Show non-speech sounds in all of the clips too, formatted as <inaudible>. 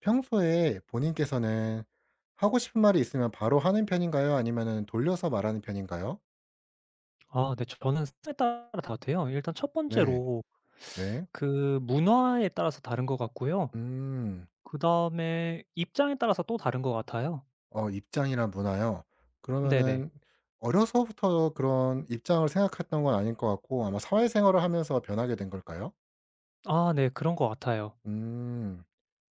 평소에 본인께서는 하고 싶은 말이 있으면 바로 하는 편인가요? 아니면은 돌려서 말하는 편인가요? 아 네. 저는 에 따라 다르대요. 일단 첫 네. 번째로 네. 그 문화에 따라서 다른 것 같고요. 음. 그다음에 입장에 따라서 또 다른 것 같아요. 어 입장이란 문화요. 네네. 그러면은 어려서부터 그런 입장을 생각했던 건 아닐 것 같고 아마 사회생활을 하면서 변하게 된 걸까요? 아 네. 그런 것 같아요. 음.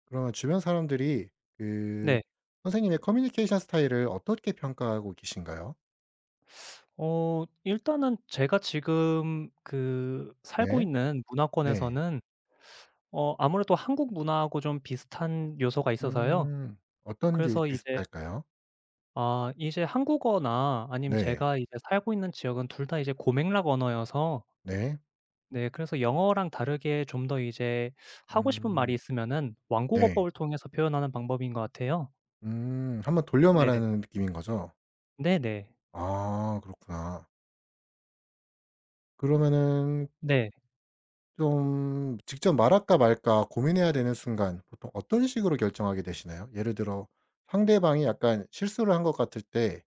그러면 주변 사람들이 그 네. 선생님의 커뮤니케이션 스타일을 어떻게 평가하고 계신가요? 일단은 제가 지금 그 살고 네. 있는 네. 문화권에서는 아무래도 한국 문화하고 좀 비슷한 요소가 있어서요. 음. 어떤 게 그래서 이제 비슷할까요? 이제 한국어나 아니면 네. 제가 이제 살고 있는 지역은 둘 다 이제 고맥락 언어여서. 네. 네. 그래서 영어랑 다르게 좀 더 이제 하고 싶은 말이 음. 있으면은 네. 완곡어법을 통해서 표현하는 방법인 것 같아요. 음. 한번 돌려 네네. 말하는 느낌인 거죠? 네네. 아 그렇구나. 그러면은 네. 좀 직접 말할까 말까 고민해야 되는 순간 보통 어떤 식으로 결정하게 되시나요? 예를 들어 상대방이 약간 실수를 한 것 같을 때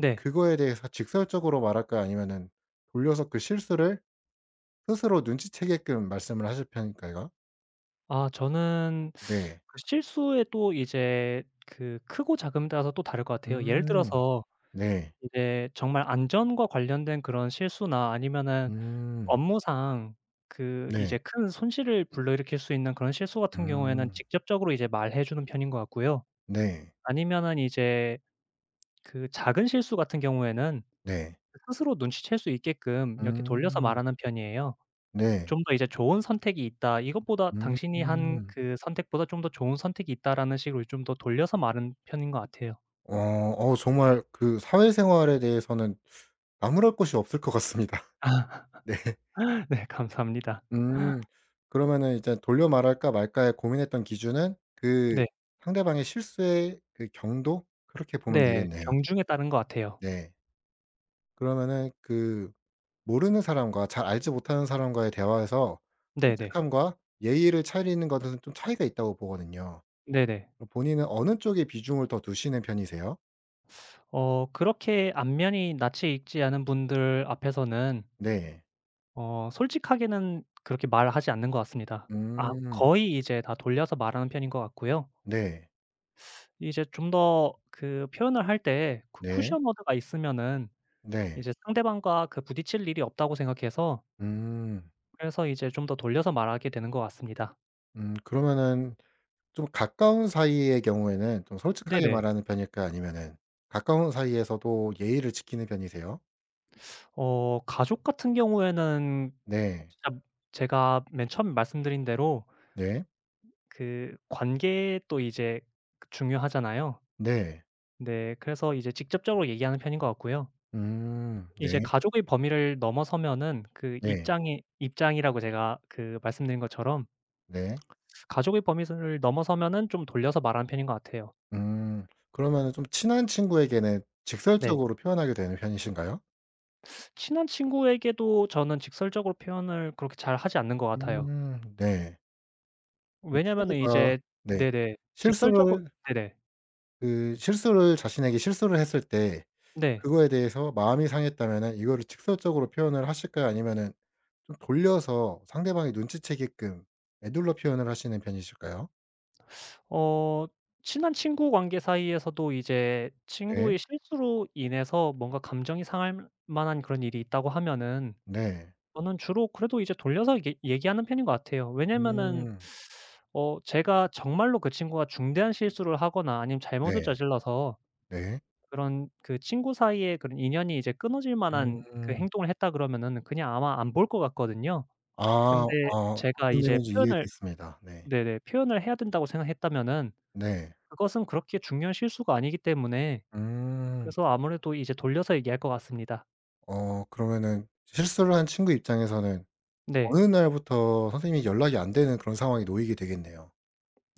네. 그거에 대해서 직설적으로 말할까요? 아니면은 돌려서 그 실수를 스스로 눈치채게끔 말씀을 하실 편일까요? 아 저는 네. 그 실수에 또 이제 그 크고 작음에 따라서 또 다를 것 같아요. 예를 음. 들어서 네. 이제 정말 안전과 관련된 그런 실수나 아니면은 음. 업무상 그 이제 네. 큰 손실을 불러일으킬 수 있는 그런 실수 같은 경우에는 음. 직접적으로 이제 말해 주는 편인 것 같고요. 네. 아니면은 이제 그 작은 실수 같은 경우에는 네. 스스로 눈치챌 수 있게끔 이렇게 돌려서 음. 말하는 편이에요. 네. 좀 더 이제 "좋은 선택이 있다. 이것보다 당신이 한 음. 그 선택보다 좀 더 좋은 선택이 있다."라는 식으로 좀 더 돌려서 말하는 편인 것 같아요. 어 정말 그 사회생활에 대해서는 나무랄 것이 없을 것 같습니다. <laughs> <laughs> 네. 네 감사합니다. 음. 그러면은 이제 돌려 말할까 말까에 고민했던 기준은 그 네. 상대방의 실수의 그 경도 그렇게 보면 네. 되겠네요. 경중에 따른 것 같아요. 네. 그러면은 그 모르는 사람과 잘 알지 못하는 사람과의 대화에서 네네. 솔직함과 예의를 차리는 것은 좀 차이가 있다고 보거든요. 네네. 본인은 어느 쪽에 비중을 더 두시는 편이세요? 그렇게 안면이 낯이 익지 않은 분들 앞에서는 네. 솔직하게는 그렇게 말하지 않는 것 같습니다. 아 음. 거의 이제 다 돌려서 말하는 편인 것 같고요. 네. 이제 좀 더 그 표현을 할 때 그 네. 쿠션 워드가 있으면은 네. 이제 상대방과 그 부딪힐 일이 없다고 생각해서 음. 그래서 이제 좀 더 돌려서 말하게 되는 것 같습니다. 그러면은 좀 가까운 사이의 경우에는 좀 솔직하게 네네. 말하는 편일까요? 아니면은 가까운 사이에서도 예의를 지키는 편이세요? 가족 같은 경우에는 네. 진짜 제가 맨 처음 말씀드린 대로 네. 그 관계도 이제 그 중요하잖아요. 네. 네. 그래서 이제 직접적으로 얘기하는 편인 것 같고요. 음. 이제 네. 가족의 범위를 넘어서면은 그 네. 입장이 입장이라고 제가 그 말씀드린 것처럼 네. 가족의 범위를 넘어서면은 좀 돌려서 말하는 편인 것 같아요. 음. 그러면은 좀 친한 친구에게는 네. 직설적으로 표현하게 되는 편이신가요? 친한 친구에게도 저는 직설적으로 표현을 그렇게 잘 하지 않는 것 같아요. 네. 그 왜냐면은 친구가 이제 네. 네네. 직설적으로 실수를 네네. 그 실수를 자신에게 실수를 했을 때 네. 그거에 대해서 마음이 상했다면은 이거를 직설적으로 표현을 하실까요? 아니면은 좀 돌려서 상대방이 눈치채게끔 에둘러 표현을 하시는 편이실까요? 어 친한 친구 관계 사이에서도 이제 네. 친구의 실수로 인해서 뭔가 감정이 상할 만한 그런 일이 있다고 하면은 네. 저는 주로 그래도 이제 돌려서 이게 얘기하는 편인 것 같아요. 왜냐면은 음. 제가 정말로 그 친구가 중대한 실수를 하거나 아니면 잘못을 네. 저질러서 네. 그런 그 친구 사이에 그런 인연이 이제 끊어질 만한 그 음. 행동을 했다 그러면은 그냥 아마 안 볼 것 같거든요. 아. 근데 아 제가 어떤 이제 내용인지 표현을 이해됐습니다. 네. 네네 표현을 해야 된다고 생각했다면은 네. 그것은 그렇게 중요한 실수가 아니기 때문에 음. 그래서 아무래도 이제 돌려서 얘기할 것 같습니다. 어 그러면은 실수를 한 친구 입장에서는 네. 어느 날부터 선생님이 연락이 안 되는 그런 상황이 놓이게 되겠네요.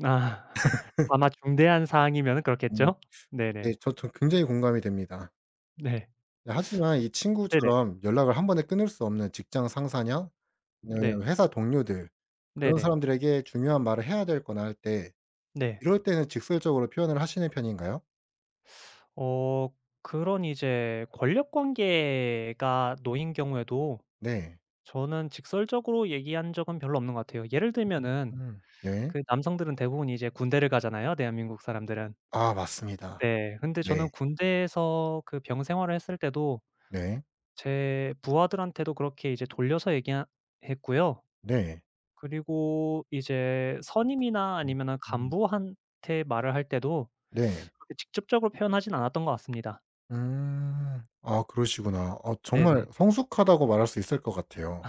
아. <laughs> 아마 중대한 사항이면은 음 그렇겠죠? 네. 네네. 저 굉장히 공감이 됩니다. 네. 네 하지만 이 네네. 친구처럼 연락을 한 번에 끊을 수 없는 직장 상사냐 아니면 네. 회사 동료들 그런 네네. 사람들에게 중요한 말을 해야 될 거나 할 때 네. 이럴 때는 직설적으로 표현을 하시는 편인가요? 어 그런 이제 권력 관계가 놓인 경우에도 네. 저는 직설적으로 얘기한 적은 별로 없는 것 같아요. 예를 들면은 네. 그 남성들은 대부분 이제 군대를 가잖아요, 대한민국 사람들은. 아 맞습니다. 네. 근데 네. 저는 군대에서 그 병 생활을 했을 때도 네. 제 부하들한테도 그렇게 이제 돌려서 얘기하 했고요. 네. 그리고 이제 선임이나 음 아니면은 음. 간부한테 말을 할 때도 네. 그렇게 직접적으로 표현하진 않았던 것 같습니다. 음. 아 그러시구나. 어 정말 네네. 성숙하다고 말할 수 있을 것 같아요.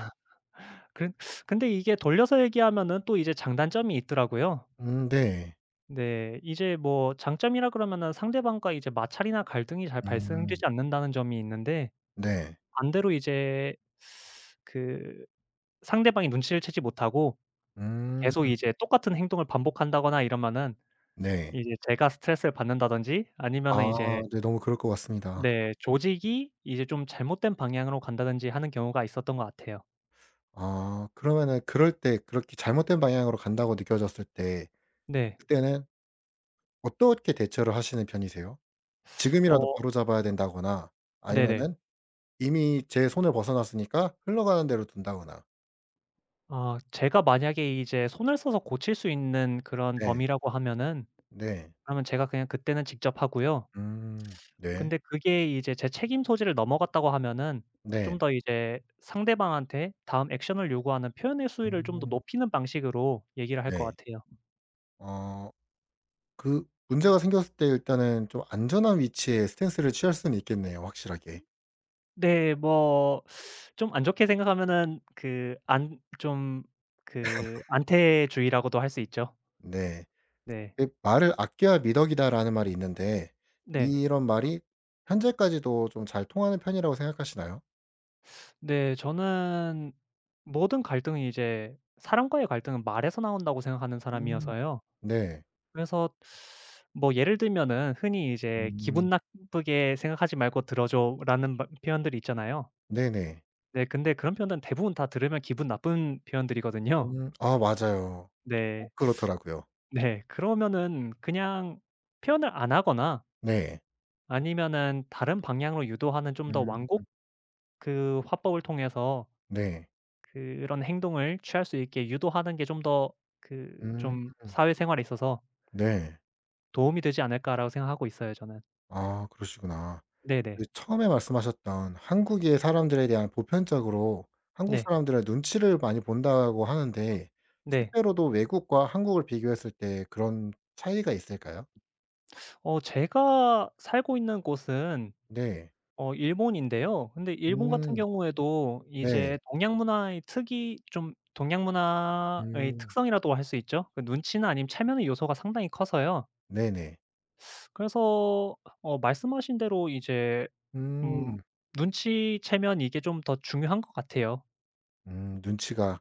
그런 근데 이게 돌려서 얘기하면은 또 이제 장단점이 있더라고요. 네. 네. 이제 뭐 장점이라 그러면은 상대방과 이제 마찰이나 갈등이 잘 음. 발생되지 않는다는 점이 있는데 네. 반대로 이제 그 상대방이 눈치를 채지 못하고 계속 음. 이제 똑같은 행동을 반복한다거나 이러면은 네. 이제 제가 스트레스를 받는다든지 아 아니면은 이제 네 너무 그럴 것 같습니다. 네 조직이 이제 좀 잘못된 방향으로 간다든지 하는 경우가 있었던 것 같아요. 아 그러면은 그럴 때 그렇게 잘못된 방향으로 간다고 느껴졌을 때 네. 그때는 어떻게 대처를 하시는 편이세요? 어 지금이라도 바로잡아야 된다거나 네네. 아니면은 이미 제 손을 벗어났으니까 흘러가는 대로 둔다거나. 아 제가 만약에 이제 손을 써서 고칠 수 있는 그런 네. 범위라고 하면은 네. 그러면 제가 그냥 그때는 직접 하고요. 음 네. 근데 그게 이제 제 책임 소지를 넘어갔다고 하면은 네. 좀 더 이제 상대방한테 다음 액션을 요구하는 표현의 수위를 좀 더 음 높이는 방식으로 얘기를 할 것 네. 같아요. 어 그 문제가 생겼을 때 일단은 좀 안전한 위치에 스탠스를 취할 수는 있겠네요, 확실하게. 네. 뭐 좀 안 좋게 생각하면은 그 안 좀 그 안태주의라고도 할 수 있죠. 네. 네. 그 "말을 아껴야 미덕이다."라는 말이 있는데 네. 이런 말이 현재까지도 좀 잘 통하는 편이라고 생각하시나요? 네. 저는 모든 갈등이 이제 사람과의 갈등은 말에서 나온다고 생각하는 음. 사람이어서요. 네. 그래서 뭐 예를 들면은 흔히 이제 "기분 음. 나쁘게 생각하지 말고 들어 줘."라는 말 표현들이 있잖아요. 네네. 네 근데 그런 표현들은 대부분 다 들으면 기분 나쁜 표현들이거든요. 아 맞아요. 네. 꼭 그렇더라고요. 네. 그러면은 그냥 표현을 안 하거나 네. 아니면은 다른 방향으로 유도하는 좀 더 완곡 음. 그 화법을 통해서 네. 그런 행동을 취할 수 있게 유도하는 게 좀 더 그 음. 좀 '사회생활에 있어서 네. 도움이 되지 않을까.'라고 생각하고 있어요 저는. 아 그러시구나. 그 네네. 처음에 말씀하셨던 한국의 사람들에 대한 보편적으로 한국 네. 사람들의 눈치를 많이 본다고 하는데 네. 실제로도 외국과 한국을 비교했을 때 그런 차이가 있을까요? 제가 살고 있는 곳은 네. 일본인데요. 근데 일본 같은 음. 경우에도 네. 이제 동양 문화의 음. 특성이라고 할 수 있죠. 그 눈치나 아니면 체면의 요소가 상당히 커서요. 네네. 그래서 말씀하신 대로 이제 음 음. 눈치, 체면 이게 좀 더 중요한 것 같아요. 눈치가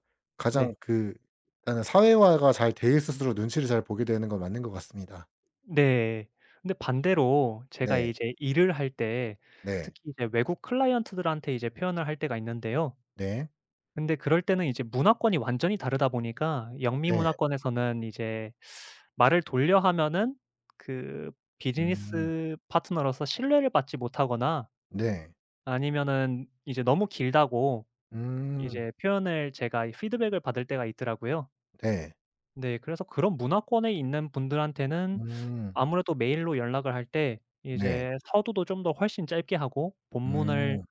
네. 가장 그 일단은 사회화가 잘 돼 있을수록 눈치를 잘 보게 되는 건 맞는 것 같습니다. 네. 근데 반대로 제가 네. 이제 일을 할 때 네. 특히 이제 외국 클라이언트들한테 이제 표현을 할 때가 있는데요. 네. 근데 그럴 때는 이제 문화권이 완전히 다르다 보니까 영미 네. 문화권에서는 이제 말을 돌려 하면은 그 음. 비즈니스 파트너로서 신뢰를 받지 못하거나 네. 아니면은 이제 너무 길다고 음. 이제 표현을 제가 이 피드백을 받을 때가 있더라고요. 네. 네. 그래서 그런 문화권에 있는 분들한테는 음. 아무래도 메일로 연락을 할 때 네. 이제 서두도 좀 더 훨씬 짧게 하고 본문을 음.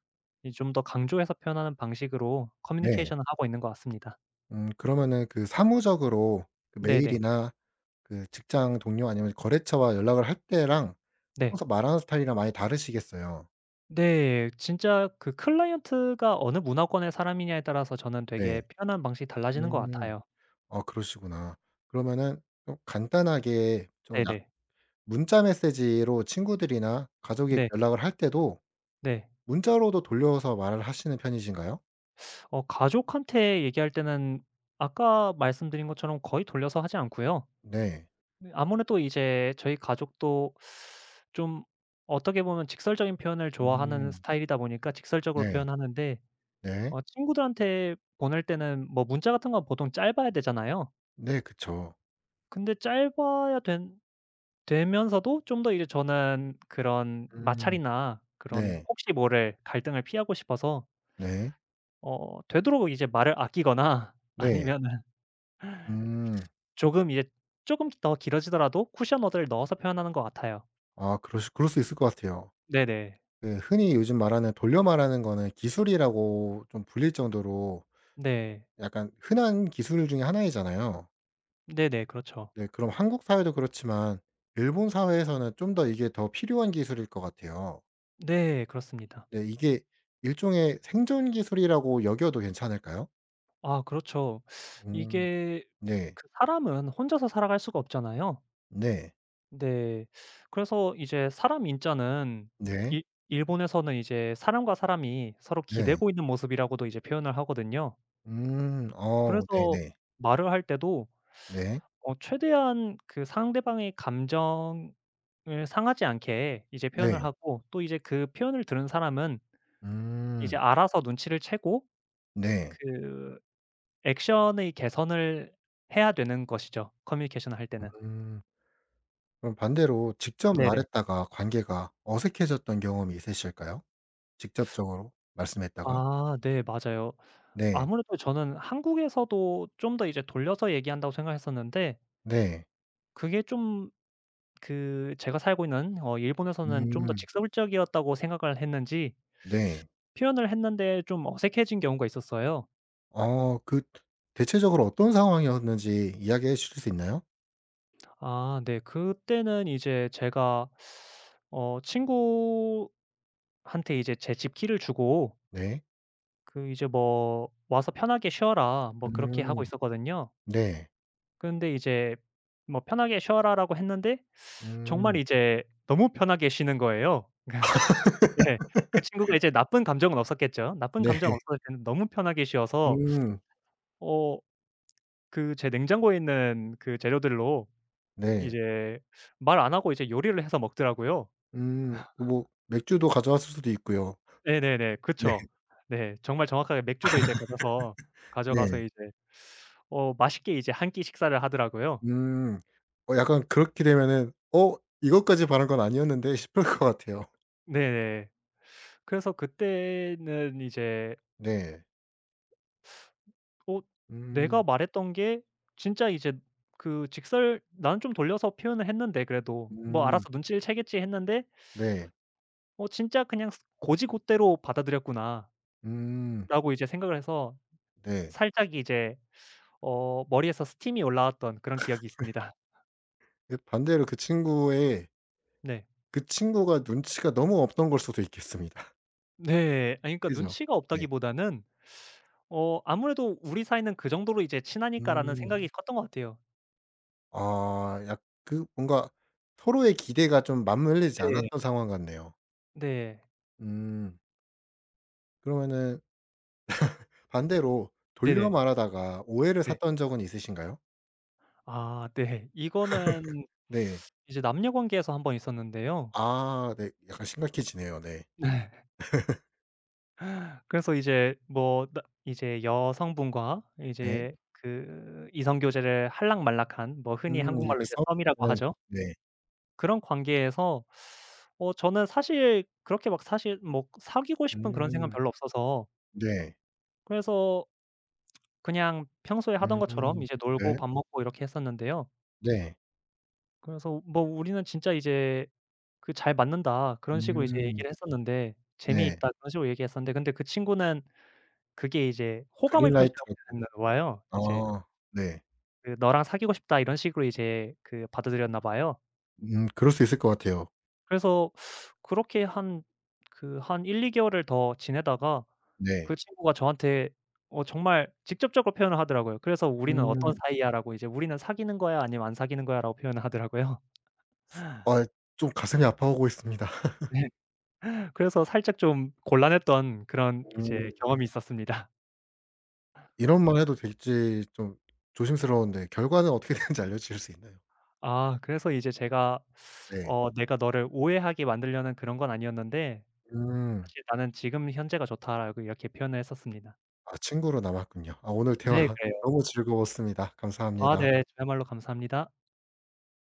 이 좀 더 강조해서 표현하는 방식으로 네. 커뮤니케이션을 하고 있는 것 같습니다. 그러면은 그 사무적으로 그 네네. 메일이나 그 직장 동료 아니면 거래처와 연락을 할 때랑 네. 평소 말하는 스타일이랑 많이 다르시겠어요. 네. 진짜 그 클라이언트가 어느 문화권의 사람이냐에 따라서 저는 되게 네. 표현하는 방식이 달라지는 것 음. 같아요. 어 그러시구나. 그러면은 좀 간단하게 좀 약 네네. 문자 메시지로 친구들이나 가족에게 네. 연락을 할 때도 네. 문자로도 돌려서 말을 하시는 편이신가요? 가족한테 얘기할 때는 아까 말씀드린 것처럼 거의 돌려서 하지 않고요. 네. 네 아무래도 이제 저희 가족도 좀 어떻게 보면 직설적인 표현을 좋아하는 음. 스타일이다 보니까 직설적으로 네. 표현하는데 네. 친구들한테 보낼 때는 뭐 문자 같은 건 보통 짧아야 되잖아요. 네 그쵸. 근데 짧아야 된 되면서도 좀 더 이제 저는 그런 음. 마찰이나 그런 네. 혹시 모를 갈등을 피하고 싶어서 네. 되도록 이제 말을 아끼거나 <laughs> 네. 아니면은 음. 조금 이제 조금 더 길어지더라도 쿠션 워드를 넣어서 표현하는 것 같아요. 아 그러시 그럴 수 있을 것 같아요. 네네. 그 흔히 요즘 말하는 돌려 말하는 거는 기술이라고 좀 불릴 정도로 네. 약간 흔한 기술 중에 하나이잖아요. 네네. 그렇죠. 네. 그럼 한국 사회도 그렇지만 일본 사회에서는 좀 더 이게 더 필요한 기술일 것 같아요. 네. 그렇습니다. 네. 이게 일종의 생존 기술이라고 여겨도 괜찮을까요? 아 그렇죠. 음. 이게 네. 그 사람은 혼자서 살아갈 수가 없잖아요. 네. 네. 그래서 이제 사람 인자는 네. 일 일본에서는 이제 사람과 사람이 서로 네. 기대고 있는 모습이라고도 이제 표현을 하거든요. 음. 어 그래서 네네. 말을 할 때도 네. 네. 최대한 그 상대방의 감정을 상하지 않게 이제 네. 표현을 하고 또 이제 그 표현을 들은 사람은 이제 음. 알아서 눈치를 채고 네. 그 액션의 개선을 해야 되는 것이죠, 커뮤니케이션을 할 때는. 음. 그럼 반대로 직접 네네. 말했다가 관계가 어색해졌던 경험이 있으실까요? 직접적으로 말씀했다가? 아 네 맞아요. 네. 아무래도 저는 한국에서도 좀 더 이제 돌려서 얘기한다고 생각했었는데 네. 그게 좀 그 제가 살고 있는 일본에서는 좀 더 음. 직설적이었다고 생각을 했는지 네. 표현을 했는데 좀 어색해진 경우가 있었어요. 그 대체적으로 어떤 상황이었는지 이야기해 주실 수 있나요? 아 네. 그때는 이제 제가 친구한테 이제 제 집 키를 주고 네. 그 이제 뭐 "와서 편하게 쉬어라." 뭐 그렇게 음. 하고 있었거든요. 네. 근데 이제 뭐 "편하게 쉬어라."라고 했는데 정말 음. 이제 너무 편하게 쉬는 거예요. 네. <laughs> 그 친구가 이제 나쁜 감정은 없었겠죠. 나쁜 네. 감정 없었을 때는 너무 편하게 쉬어서 음. 어 그 제 냉장고에 있는 그 재료들로 네. 이제 말 안 하고 이제 요리를 해서 먹더라고요. 뭐 맥주도 가져왔을 수도 있고요. 네네네. 네. 그쵸. 네. 정말 정확하게 맥주도 이제 가져서 네. 가져가서 이제 맛있게 이제 한 끼 식사를 하더라고요. 음. 약간 그렇게 되면은 '어 이것까지 바란 건 아니었는데.' <laughs> 싶을 것 같아요. 네네. 그래서 그때는 이제 네. 어 음. 내가 말했던 게 진짜 이제 그 직설 나는 좀 돌려서 표현을 했는데 그래도 뭐 음. '알아서 눈치를 채겠지.' 했는데 네. 진짜 그냥 스 '고지고대로 받아들였구나.'라고 음. 이제 생각을 해서 네. 살짝 이제 머리에서 스팀이 올라왔던 그런 기억이 있습니다. 그 반대로 그 친구의 네. 그 친구가 눈치가 너무 없던 걸 수도 있겠습니다. <laughs> 네. 아니 그러니까 그죠? 눈치가 네. 없다기보다는 아무래도 '우리 사이는 그 정도로 이제 친하니까.'라는 음. 생각이 컸던 것 같아요. 아 약 그 뭔가 서로의 기대가 좀 맞물리지 네. 않았던 상황 같네요. 네. 음. 그러면은 반대로 돌려 네네. 말하다가 오해를 네. 샀던 적은 있으신가요? 아 네. 이거는 네. 이제 남녀 관계에서 한번 있었는데요. 아 네. 약간 심각해지네요. 네. 네. 그래서 이제 뭐 나 이제 여성분과 네. 이제 그 이성 교제를 할락말락한 뭐 흔히 한국말로 약간 이제 썸이라고 싸우는 하죠. 네. 그런 관계에서 저는 사실 그렇게 막 사실 뭐 사귀고 싶은 그런 생각은 음. 별로 없어서 네. 그래서 그냥 평소에 하던 것처럼 음. 이제 놀고 네. 밥 먹고 이렇게 했었는데요. 네. 그래서 뭐 "우리는 진짜 이제 그 잘 맞는다." 그런 식으로 이제 음. 얘기를 했었는데 네. "재미있다." 그런 식으로 얘기했었는데 근데 그 친구는 그게 이제 호감의 표시라고 그린라이트라고. 생각했나 봐요. 이제 아 네. 그 "너랑 사귀고 싶다." 이런 식으로 이제 그 받아들였나 봐요. 그럴 수 있을 것 같아요. 그래서 그렇게 한 그 한 1~2 개월을 더 지내다가 그 네. 친구가 저한테 정말 직접적으로 표현을 하더라고요. 그래서 "우리는 어떤 음. 사이야?"라고 이제 "우리는 사귀는 거야? 아니면 안 사귀는 거야?"라고 표현을 하더라고요. <laughs> 아 좀 가슴이 아파오고 있습니다. 네. 그래서 살짝 좀 곤란했던 그런 이제 음. 경험이 있었습니다. 이런 말 해도 될지 좀 조심스러운데 결과는 어떻게 되는지 알려 주실 수 있나요? 아 그래서 이제 제가 네. '내가 너를 오해하게 만들려는 그런 건 아니었는데 음. 사실 나는 지금 현재가 좋다.'라고 이렇게 표현을 했었습니다. 아 친구로 남았군요. 아 오늘 대화 네. <laughs> 그래요. 너무 즐거웠습니다. 아 감사합니다. 네. 저야말로 감사합니다.